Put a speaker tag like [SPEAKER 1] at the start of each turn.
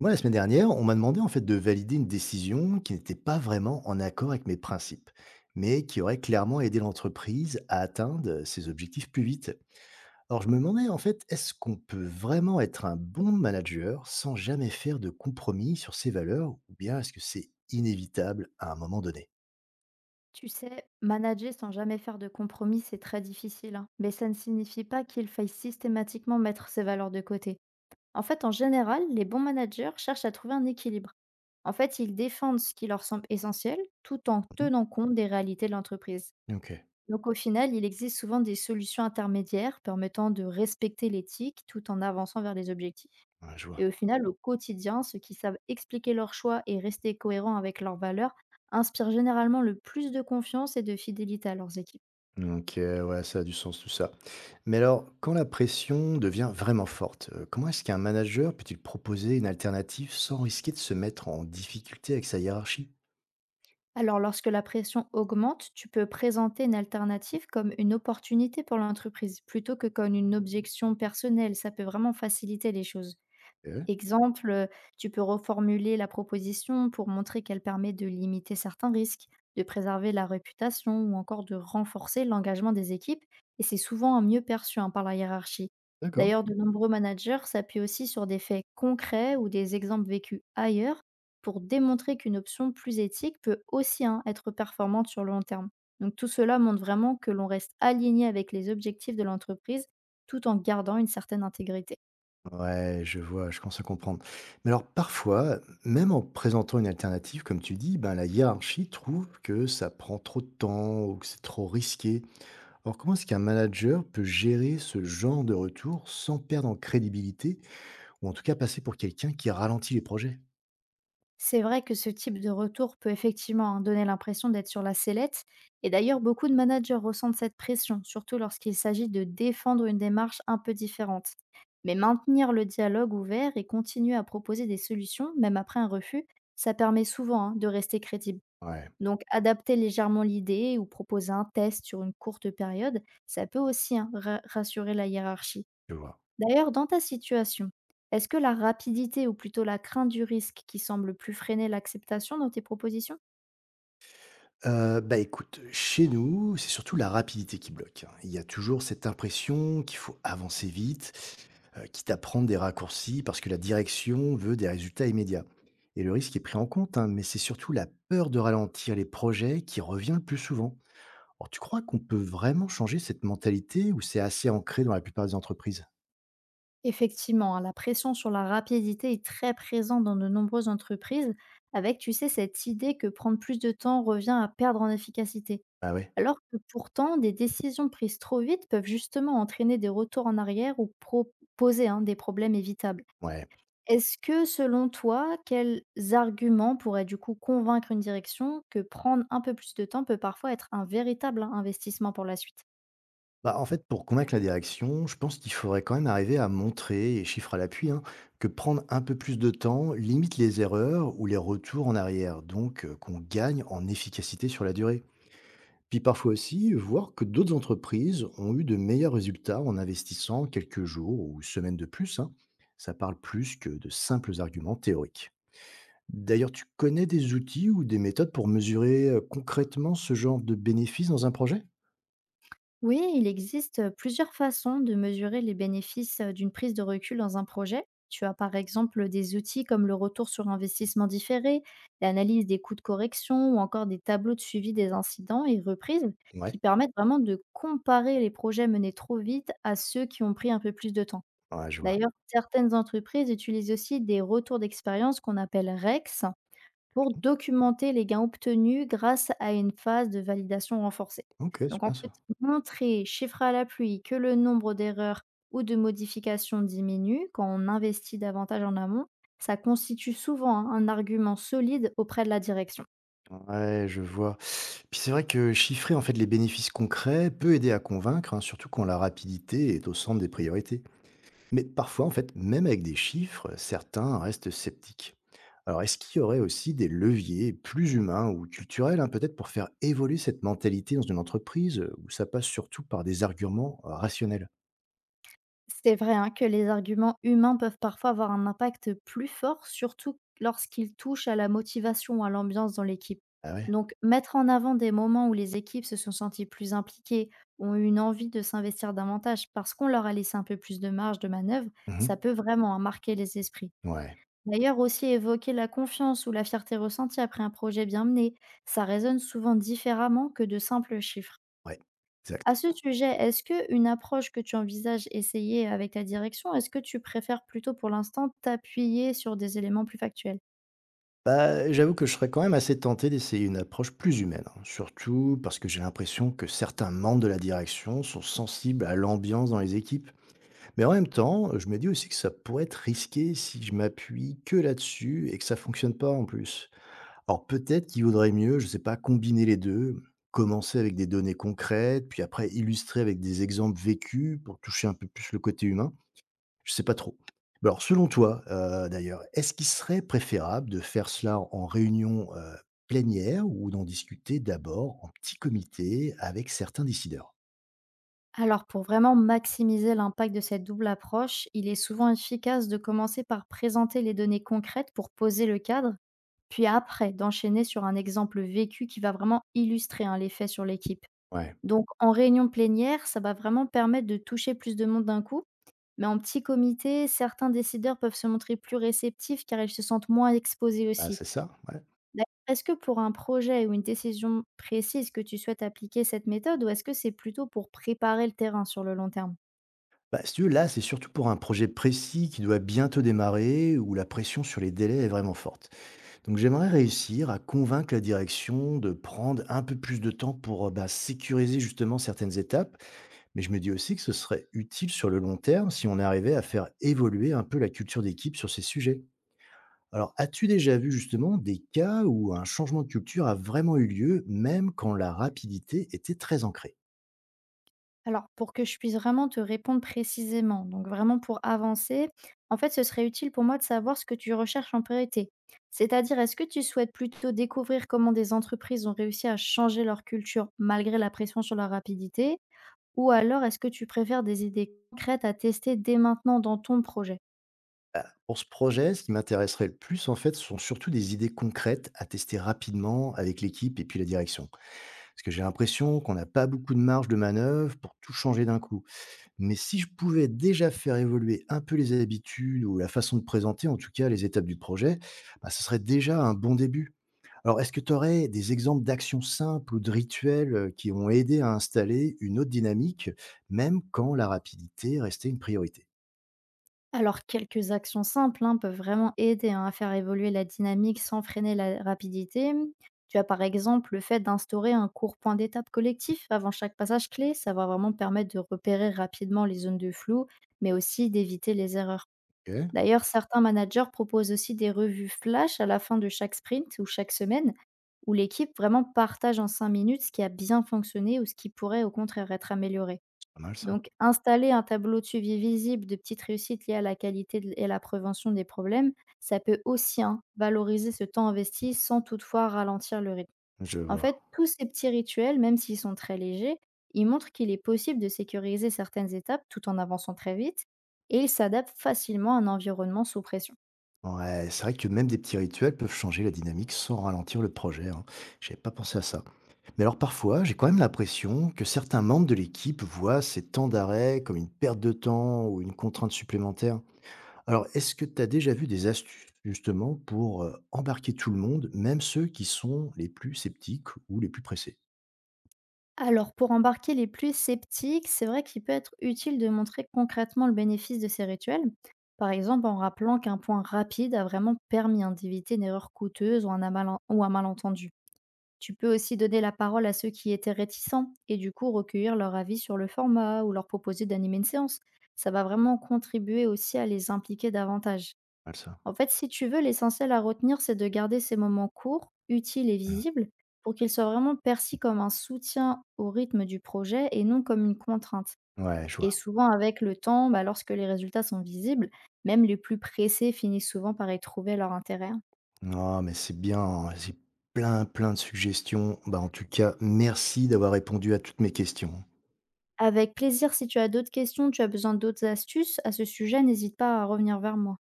[SPEAKER 1] Moi, la semaine dernière, on m'a demandé en fait de valider une décision qui n'était pas vraiment en accord avec mes principes, mais qui aurait clairement aidé l'entreprise à atteindre ses objectifs plus vite. Alors, je me demandais en fait, est-ce qu'on peut vraiment être un bon manager sans jamais faire de compromis sur ses valeurs, ou bien est-ce que c'est inévitable à un moment donné?
[SPEAKER 2] Tu sais, manager sans jamais faire de compromis, c'est très difficile, hein. Mais ça ne signifie pas qu'il faille systématiquement mettre ses valeurs de côté. En fait, en général, les bons managers cherchent à trouver un équilibre. En fait, ils défendent ce qui leur semble essentiel tout en
[SPEAKER 1] Mhm.
[SPEAKER 2] tenant compte des réalités de l'entreprise.
[SPEAKER 1] Ok,
[SPEAKER 2] Donc au final, il existe souvent des solutions intermédiaires permettant de respecter l'éthique tout en avançant vers les objectifs.
[SPEAKER 1] ouais, je vois.
[SPEAKER 2] Et au final, au quotidien, ceux qui savent expliquer leurs choix et rester cohérents avec leurs valeurs inspirent généralement le plus de confiance et de fidélité à leurs équipes.
[SPEAKER 1] OK, ouais, ça a du sens tout ça. Mais alors, quand la pression devient vraiment forte, comment est-ce qu'un manager peut-il proposer une alternative sans risquer de se mettre en difficulté avec sa hiérarchie?
[SPEAKER 2] Alors lorsque la pression augmente, tu peux présenter une alternative comme une opportunité pour l'entreprise plutôt que comme une objection personnelle. Ça peut vraiment faciliter les choses.
[SPEAKER 1] Ok,
[SPEAKER 2] Exemple, tu peux reformuler la proposition pour montrer qu'elle permet de limiter certains risques, de préserver la réputation ou encore de renforcer l'engagement des équipes, et c'est souvent un mieux perçu, hein, par la hiérarchie.
[SPEAKER 1] d'accord.
[SPEAKER 2] D'ailleurs, de nombreux managers s'appuient aussi sur des faits concrets ou des exemples vécus ailleurs pour démontrer qu'une option plus éthique peut aussi, hein, être performante sur le long terme. Donc tout cela montre vraiment que l'on reste aligné avec les objectifs de l'entreprise tout en gardant une certaine intégrité.
[SPEAKER 1] Ouais, je vois, je commence à comprendre. Mais alors parfois, même en présentant une alternative, comme tu dis, ben, la hiérarchie trouve que ça prend trop de temps ou que c'est trop risqué. Alors comment est-ce qu'un manager peut gérer ce genre de retour sans perdre en crédibilité ou en tout cas passer pour quelqu'un qui ralentit les projets?
[SPEAKER 2] C'est vrai que ce type de retour peut effectivement, hein, donner l'impression d'être sur la sellette, et d'ailleurs beaucoup de managers ressentent cette pression, surtout lorsqu'il s'agit de défendre une démarche un peu différente. Mais maintenir le dialogue ouvert et continuer à proposer des solutions, même après un refus, ça permet souvent, hein, de rester crédible.
[SPEAKER 1] Ouais.
[SPEAKER 2] Donc adapter légèrement l'idée ou proposer un test sur une courte période, ça peut aussi, hein, rassurer la hiérarchie.
[SPEAKER 1] Je vois.
[SPEAKER 2] D'ailleurs, dans ta situation, est-ce que la rapidité ou plutôt la crainte du risque qui semble plus freiner l'acceptation dans tes propositions?
[SPEAKER 1] Bah, écoute, chez nous, c'est surtout la rapidité qui bloque, hein. Il y a toujours cette impression qu'il faut avancer vite, quitte à prendre des raccourcis parce que la direction veut des résultats immédiats. Et le risque est pris en compte, hein, mais c'est surtout la peur de ralentir les projets qui revient le plus souvent. Alors tu crois qu'on peut vraiment changer cette mentalité ou c'est assez ancré dans la plupart des entreprises?
[SPEAKER 2] Effectivement, hein, la pression sur la rapidité est très présente dans de nombreuses entreprises, avec, tu sais, cette idée que prendre plus de temps revient à perdre en efficacité.
[SPEAKER 1] Ah ouais?
[SPEAKER 2] Alors que pourtant, des décisions prises trop vite peuvent justement entraîner des retours en arrière ou proposer, hein, des problèmes évitables.
[SPEAKER 1] Ouais.
[SPEAKER 2] Est-ce que selon toi, quels arguments pourraient du coup convaincre une direction que prendre un peu plus de temps peut parfois être un véritable investissement pour la suite?
[SPEAKER 1] Bah, en fait, pour convaincre la direction, je pense qu'il faudrait quand même arriver à montrer, et chiffres à l'appui, hein, que prendre un peu plus de temps limite les erreurs ou les retours en arrière, donc qu'on gagne en efficacité sur la durée. Puis parfois aussi, voir que d'autres entreprises ont eu de meilleurs résultats en investissant quelques jours ou semaines de plus, hein. Ça parle plus que de simples arguments théoriques. D'ailleurs, tu connais des outils ou des méthodes pour mesurer, concrètement ce genre de bénéfices dans un projet?
[SPEAKER 2] Oui, il existe plusieurs façons de mesurer les bénéfices d'une prise de recul dans un projet. Tu as par exemple des outils comme le retour sur investissement différé, l'analyse des coûts de correction ou encore des tableaux de suivi des incidents et reprises qui
[SPEAKER 1] Ouais,
[SPEAKER 2] permettent vraiment de comparer les projets menés trop vite à ceux qui ont pris un peu plus de temps.
[SPEAKER 1] ouais, je vois.
[SPEAKER 2] D'ailleurs, certaines entreprises utilisent aussi des retours d'expérience qu'on appelle REX pour documenter les gains obtenus grâce à une phase de validation renforcée.
[SPEAKER 1] OK,
[SPEAKER 2] Donc
[SPEAKER 1] c'est
[SPEAKER 2] en
[SPEAKER 1] bien
[SPEAKER 2] fait,
[SPEAKER 1] ça.
[SPEAKER 2] montrer, chiffre à la pluie, que le nombre d'erreurs ou de modifications diminue quand on investit davantage en amont, ça constitue souvent, hein, un argument solide auprès de la direction.
[SPEAKER 1] Ouais, je vois. Puis c'est vrai que chiffrer, en fait, les bénéfices concrets peut aider à convaincre, hein, surtout quand la rapidité est au centre des priorités. Mais parfois, en fait, même avec des chiffres, certains restent sceptiques. Alors, est-ce qu'il y aurait aussi des leviers plus humains ou culturels, hein, peut-être, pour faire évoluer cette mentalité dans une entreprise où ça passe surtout par des arguments rationnels?
[SPEAKER 2] C'est vrai, hein, que les arguments humains peuvent parfois avoir un impact plus fort, surtout lorsqu'ils touchent à la motivation ou à l'ambiance dans l'équipe.
[SPEAKER 1] Ah ouais.
[SPEAKER 2] Donc, mettre en avant des moments où les équipes se sont senties plus impliquées, ont eu une envie de s'investir davantage parce qu'on leur a laissé un peu plus de marge de manœuvre, ça
[SPEAKER 1] Mhm.
[SPEAKER 2] peut vraiment, hein, marquer les esprits.
[SPEAKER 1] Ouais,
[SPEAKER 2] D'ailleurs, aussi évoquer la confiance ou la fierté ressentie après un projet bien mené, ça résonne souvent différemment que de simples chiffres.
[SPEAKER 1] ouais,
[SPEAKER 2] À
[SPEAKER 1] exact.
[SPEAKER 2] ce sujet, est-ce qu'une approche que tu envisages essayer avec ta direction, est-ce que tu préfères plutôt pour l'instant t'appuyer sur des éléments plus factuels?
[SPEAKER 1] Bah, j'avoue que je serais quand même assez tenté d'essayer une approche plus humaine, hein, surtout parce que j'ai l'impression que certains membres de la direction sont sensibles à l'ambiance dans les équipes. Mais en même temps, je me dis aussi que ça pourrait être risqué si je m'appuie que là-dessus et que ça fonctionne pas en plus. Alors peut-être qu'il vaudrait mieux, je sais pas, combiner les 2, commencer avec des données concrètes, puis après illustrer avec des exemples vécus pour toucher un peu plus le côté humain. Je sais pas trop. Mais alors selon toi, d'ailleurs, est-ce qu'il serait préférable de faire cela en réunion, plénière ou d'en discuter d'abord en petit comité avec certains décideurs?
[SPEAKER 2] Alors, pour vraiment maximiser l'impact de cette double approche, il est souvent efficace de commencer par présenter les données concrètes pour poser le cadre, puis après d'enchaîner sur un exemple vécu qui va vraiment illustrer, hein, l'effet sur l'équipe.
[SPEAKER 1] Ouais.
[SPEAKER 2] Donc en réunion plénière, ça va vraiment permettre de toucher plus de monde d'un coup, mais en petit comité, certains décideurs peuvent se montrer plus réceptifs car ils se sentent moins exposés
[SPEAKER 1] Ah,
[SPEAKER 2] aussi.
[SPEAKER 1] c'est ça? Ouais.
[SPEAKER 2] D'ailleurs, est-ce que pour un projet ou une décision précise que tu souhaites appliquer cette méthode, ou est-ce que c'est plutôt pour préparer le terrain sur le long terme?
[SPEAKER 1] Bah, si tu veux, là, c'est surtout pour un projet précis qui doit bientôt démarrer, où la pression sur les délais est vraiment forte. Donc j'aimerais réussir à convaincre la direction de prendre un peu plus de temps pour bah, sécuriser justement certaines étapes, mais je me dis aussi que ce serait utile sur le long terme si on arrivait à faire évoluer un peu la culture d'équipe sur ces sujets. Alors, as-tu déjà vu justement des cas où un changement de culture a vraiment eu lieu, même quand la rapidité était très ancrée?
[SPEAKER 2] Alors, pour que je puisse vraiment te répondre précisément, donc vraiment pour avancer, en fait, ce serait utile pour moi de savoir ce que tu recherches en priorité. C'est-à-dire, est-ce que tu souhaites plutôt découvrir comment des entreprises ont réussi à changer leur culture malgré la pression sur leur rapidité, ou alors est-ce que tu préfères des idées concrètes à tester dès maintenant dans ton projet?
[SPEAKER 1] Bah, pour ce projet, ce qui m'intéresserait le plus, en fait, ce sont surtout des idées concrètes à tester rapidement avec l'équipe et puis la direction. Parce que j'ai l'impression qu'on n'a pas beaucoup de marge de manœuvre pour tout changer d'un coup. Mais si je pouvais déjà faire évoluer un peu les habitudes ou la façon de présenter, en tout cas, les étapes du projet, bah, ce serait déjà un bon début. Alors, est-ce que tu aurais des exemples d'actions simples ou de rituels qui ont aidé à installer une autre dynamique, même quand la rapidité restait une priorité?
[SPEAKER 2] Alors, quelques actions simples, hein, peuvent vraiment aider, hein, à faire évoluer la dynamique sans freiner la rapidité. Tu as par exemple le fait d'instaurer un court point d'étape collectif avant chaque passage clé. Ça va vraiment permettre de repérer rapidement les zones de flou, mais aussi d'éviter les erreurs.
[SPEAKER 1] Ok,
[SPEAKER 2] D'ailleurs, certains managers proposent aussi des revues flash à la fin de chaque sprint ou chaque semaine, où l'équipe vraiment partage en 5 minutes ce qui a bien fonctionné ou ce qui pourrait au contraire être amélioré.
[SPEAKER 1] pas mal ça.
[SPEAKER 2] Donc installer un tableau de suivi visible de petites réussites liées à la qualité de et la prévention des problèmes, ça peut aussi, hein, valoriser ce temps investi sans toutefois ralentir le rythme.
[SPEAKER 1] Je
[SPEAKER 2] En
[SPEAKER 1] vois.
[SPEAKER 2] fait, tous ces petits rituels, même s'ils sont très légers, ils montrent qu'il est possible de sécuriser certaines étapes tout en avançant très vite, et ils s'adaptent facilement à un environnement sous pression.
[SPEAKER 1] Ouais, c'est vrai que même des petits rituels peuvent changer la dynamique sans ralentir le projet, hein. J'avais pas pensé à ça. Mais alors parfois, j'ai quand même l'impression que certains membres de l'équipe voient ces temps d'arrêt comme une perte de temps ou une contrainte supplémentaire. Alors, est-ce que tu as déjà vu des astuces justement pour embarquer tout le monde, même ceux qui sont les plus sceptiques ou les plus pressés?
[SPEAKER 2] Alors, pour embarquer les plus sceptiques, c'est vrai qu'il peut être utile de montrer concrètement le bénéfice de ces rituels, par exemple en rappelant qu'un point rapide a vraiment permis, hein, d'éviter une erreur coûteuse ou ou un malentendu. Tu peux aussi donner la parole à ceux qui étaient réticents et du coup recueillir leur avis sur le format ou leur proposer d'animer une séance. Ça va vraiment contribuer aussi à les impliquer davantage.
[SPEAKER 1] Mal ça.
[SPEAKER 2] En fait, si tu veux, l'essentiel à retenir, c'est de garder ces moments courts, utiles et
[SPEAKER 1] Mm.
[SPEAKER 2] visibles pour qu'ils soient vraiment perçus comme un soutien au rythme du projet et non comme une contrainte.
[SPEAKER 1] Ouais, je
[SPEAKER 2] Et
[SPEAKER 1] vois.
[SPEAKER 2] souvent, avec le temps, bah, lorsque les résultats sont visibles, même les plus pressés finissent souvent par y trouver leur intérêt, hein.
[SPEAKER 1] Non, mais c'est bien, hein. J'ai plein de suggestions. Bah, en tout cas, merci d'avoir répondu à toutes mes questions.
[SPEAKER 2] Avec plaisir, si tu as d'autres questions, tu as besoin d'autres astuces à ce sujet, n'hésite pas à revenir vers moi.